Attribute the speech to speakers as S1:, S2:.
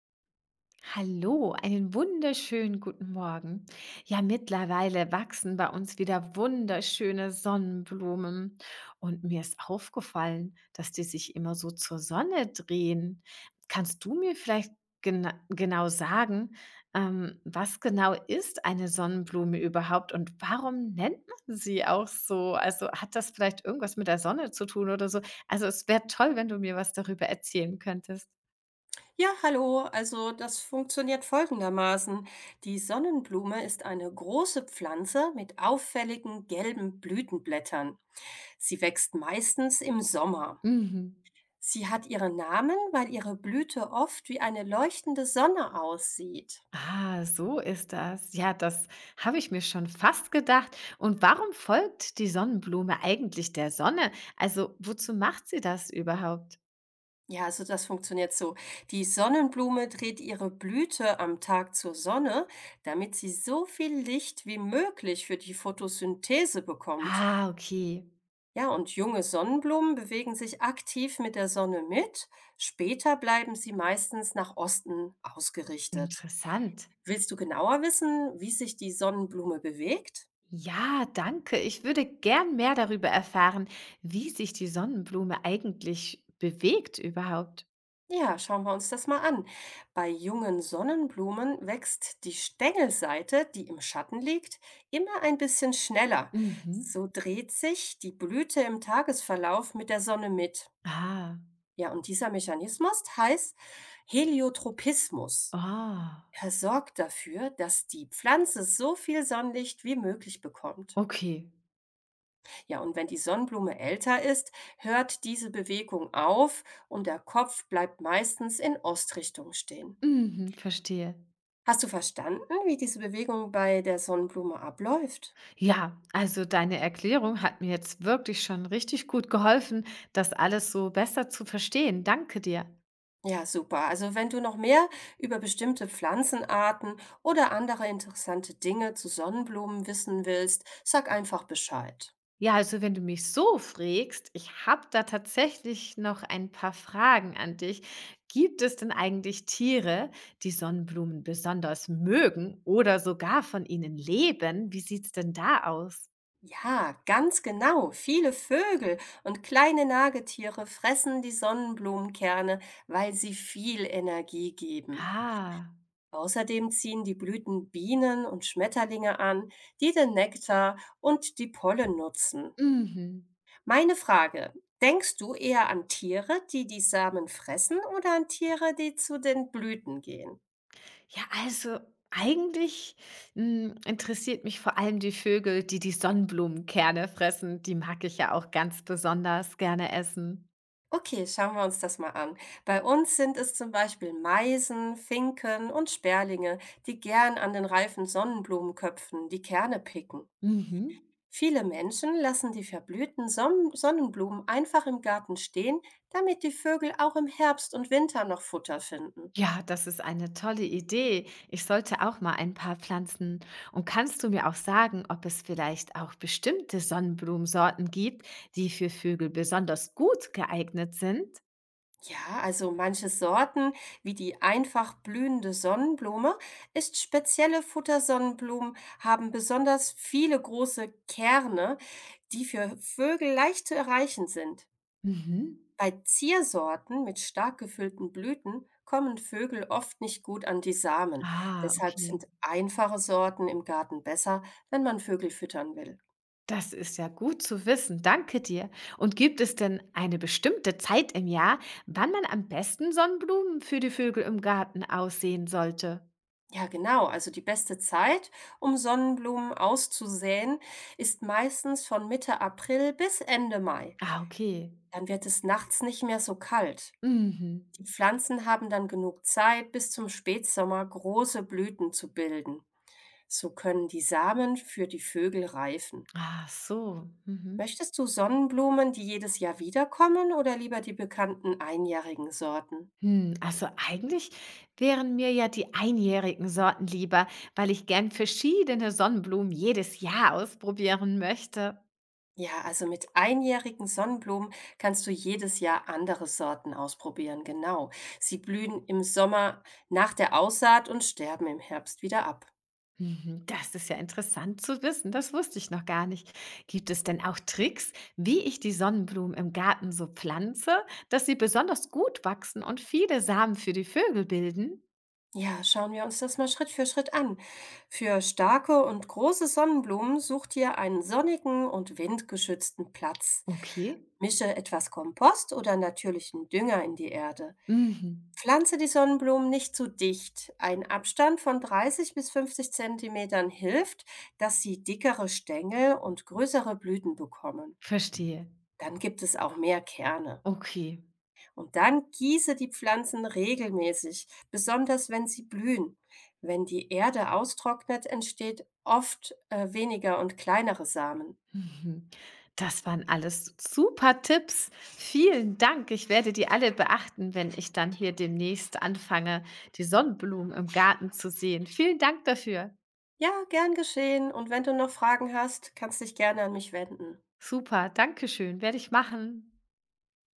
S1: Hallo, einen wunderschönen guten Morgen. Ja, mittlerweile wachsen bei uns wieder wunderschöne Sonnenblumen. Und mir ist aufgefallen, dass die sich immer so zur Sonne drehen. Kannst du mir vielleicht genau sagen, was genau ist eine Sonnenblume überhaupt und warum nennt man sie auch so? Also hat das vielleicht irgendwas mit der Sonne zu tun oder so? Also es wäre toll, wenn du mir was darüber erzählen könntest.
S2: Ja, hallo. Also das funktioniert folgendermaßen. Die Sonnenblume ist eine große Pflanze mit auffälligen gelben Blütenblättern. Sie wächst meistens im Sommer.
S1: Mhm.
S2: Sie hat ihren Namen, weil ihre Blüte oft wie eine leuchtende Sonne aussieht.
S1: Ah, so ist das. Ja, das habe ich mir schon fast gedacht. Und warum folgt die Sonnenblume eigentlich der Sonne? Also, wozu macht sie das überhaupt?
S2: Ja, also das funktioniert so. Die Sonnenblume dreht ihre Blüte am Tag zur Sonne, damit sie so viel Licht wie möglich für die Photosynthese bekommt.
S1: Ah, okay.
S2: Ja, und junge Sonnenblumen bewegen sich aktiv mit der Sonne mit. Später bleiben sie meistens nach Osten ausgerichtet.
S1: Interessant.
S2: Willst du genauer wissen, wie sich die Sonnenblume bewegt?
S1: Ja, danke. Ich würde gern mehr darüber erfahren, wie sich die Sonnenblume eigentlich bewegt überhaupt.
S2: Ja, schauen wir uns das mal an. Bei jungen Sonnenblumen wächst die Stängelseite, die im Schatten liegt, immer ein bisschen schneller.
S1: Mhm.
S2: So dreht sich die Blüte im Tagesverlauf mit der Sonne mit.
S1: Ah,
S2: Ja, und dieser Mechanismus heißt Heliotropismus.
S1: ah,
S2: Er sorgt dafür, dass die Pflanze so viel Sonnenlicht wie möglich bekommt.
S1: okay.
S2: Ja, und wenn die Sonnenblume älter ist, hört diese Bewegung auf und der Kopf bleibt meistens in Ostrichtung stehen.
S1: Mhm, verstehe.
S2: Hast du verstanden, wie diese Bewegung bei der Sonnenblume abläuft?
S1: Ja, also deine Erklärung hat mir jetzt wirklich schon richtig gut geholfen, das alles so besser zu verstehen. Danke dir.
S2: Ja, super. Also wenn du noch mehr über bestimmte Pflanzenarten oder andere interessante Dinge zu Sonnenblumen wissen willst, sag einfach Bescheid.
S1: Ja, also wenn du mich so frägst, ich habe da tatsächlich noch ein paar Fragen an dich. Gibt es denn eigentlich Tiere, die Sonnenblumen besonders mögen oder sogar von ihnen leben? Wie sieht's denn da aus?
S2: Ja, ganz genau. Viele Vögel und kleine Nagetiere fressen die Sonnenblumenkerne, weil sie viel Energie geben.
S1: Ah,
S2: Außerdem ziehen die Blüten Bienen und Schmetterlinge an, die den Nektar und die Pollen nutzen.
S1: mhm.
S2: Meine Frage, denkst du eher an Tiere, die die Samen fressen oder an Tiere, die zu den Blüten gehen?
S1: Ja, also eigentlich, hm, interessiert mich vor allem die Vögel, die die Sonnenblumenkerne fressen. Die mag ich ja auch ganz besonders gerne essen.
S2: Okay, schauen wir uns das mal an. Bei uns sind es zum Beispiel Meisen, Finken und Sperlinge, die gern an den reifen Sonnenblumenköpfen die Kerne picken.
S1: Mhm.
S2: Viele Menschen lassen die verblühten Sonnenblumen einfach im Garten stehen, damit die Vögel auch im Herbst und Winter noch Futter finden.
S1: Ja, das ist eine tolle Idee. Ich sollte auch mal ein paar pflanzen. Und kannst du mir auch sagen, ob es vielleicht auch bestimmte Sonnenblumensorten gibt, die für Vögel besonders gut geeignet sind?
S2: Ja, also manche Sorten, wie die einfach blühende Sonnenblume, ist spezielle Futtersonnenblumen, haben besonders viele große Kerne, die für Vögel leicht zu erreichen sind.
S1: Mhm.
S2: Bei Ziersorten mit stark gefüllten Blüten kommen Vögel oft nicht gut an die Samen.
S1: Ah,
S2: Deshalb
S1: okay.
S2: sind einfache Sorten im Garten besser, wenn man Vögel füttern will.
S1: Das ist ja gut zu wissen, danke dir. Und gibt es denn eine bestimmte Zeit im Jahr, wann man am besten Sonnenblumen für die Vögel im Garten aussehen sollte?
S2: Ja, genau. Also die beste Zeit, um Sonnenblumen auszusäen, ist meistens von Mitte April bis Ende Mai.
S1: Ah, okay.
S2: Dann wird es nachts nicht mehr so kalt.
S1: Mhm.
S2: Die Pflanzen haben dann genug Zeit, bis zum Spätsommer große Blüten zu bilden. So können die Samen für die Vögel reifen.
S1: Ach so. Mhm.
S2: Möchtest du Sonnenblumen, die jedes Jahr wiederkommen, oder lieber die bekannten einjährigen Sorten?
S1: Hm, also eigentlich wären mir ja die einjährigen Sorten lieber, weil ich gern verschiedene Sonnenblumen jedes Jahr ausprobieren möchte.
S2: Ja, also mit einjährigen Sonnenblumen kannst du jedes Jahr andere Sorten ausprobieren, genau. Sie blühen im Sommer nach der Aussaat und sterben im Herbst wieder ab.
S1: Mhm, das ist ja interessant zu wissen. Das wusste ich noch gar nicht. Gibt es denn auch Tricks, wie ich die Sonnenblumen im Garten so pflanze, dass sie besonders gut wachsen und viele Samen für die Vögel bilden?
S2: Ja, schauen wir uns das mal Schritt für Schritt an. Für starke und große Sonnenblumen such dir einen sonnigen und windgeschützten Platz.
S1: Okay.
S2: Mische etwas Kompost oder natürlichen Dünger in die Erde.
S1: Mhm.
S2: Pflanze die Sonnenblumen nicht zu dicht. Ein Abstand von 30 bis 50 Zentimetern hilft, dass sie dickere Stängel und größere Blüten bekommen.
S1: Verstehe.
S2: Dann gibt es auch mehr Kerne.
S1: Okay.
S2: Und dann gieße die Pflanzen regelmäßig, besonders wenn sie blühen. Wenn die Erde austrocknet, entsteht oft weniger und kleinere Samen.
S1: Mhm. Das waren alles super Tipps. Vielen Dank. Ich werde die alle beachten, wenn ich dann hier demnächst anfange, die Sonnenblumen im Garten zu sehen. Vielen Dank dafür.
S2: Ja, gern geschehen. Und wenn du noch Fragen hast, kannst dich gerne an mich wenden.
S1: Super. Dankeschön. Werde ich machen.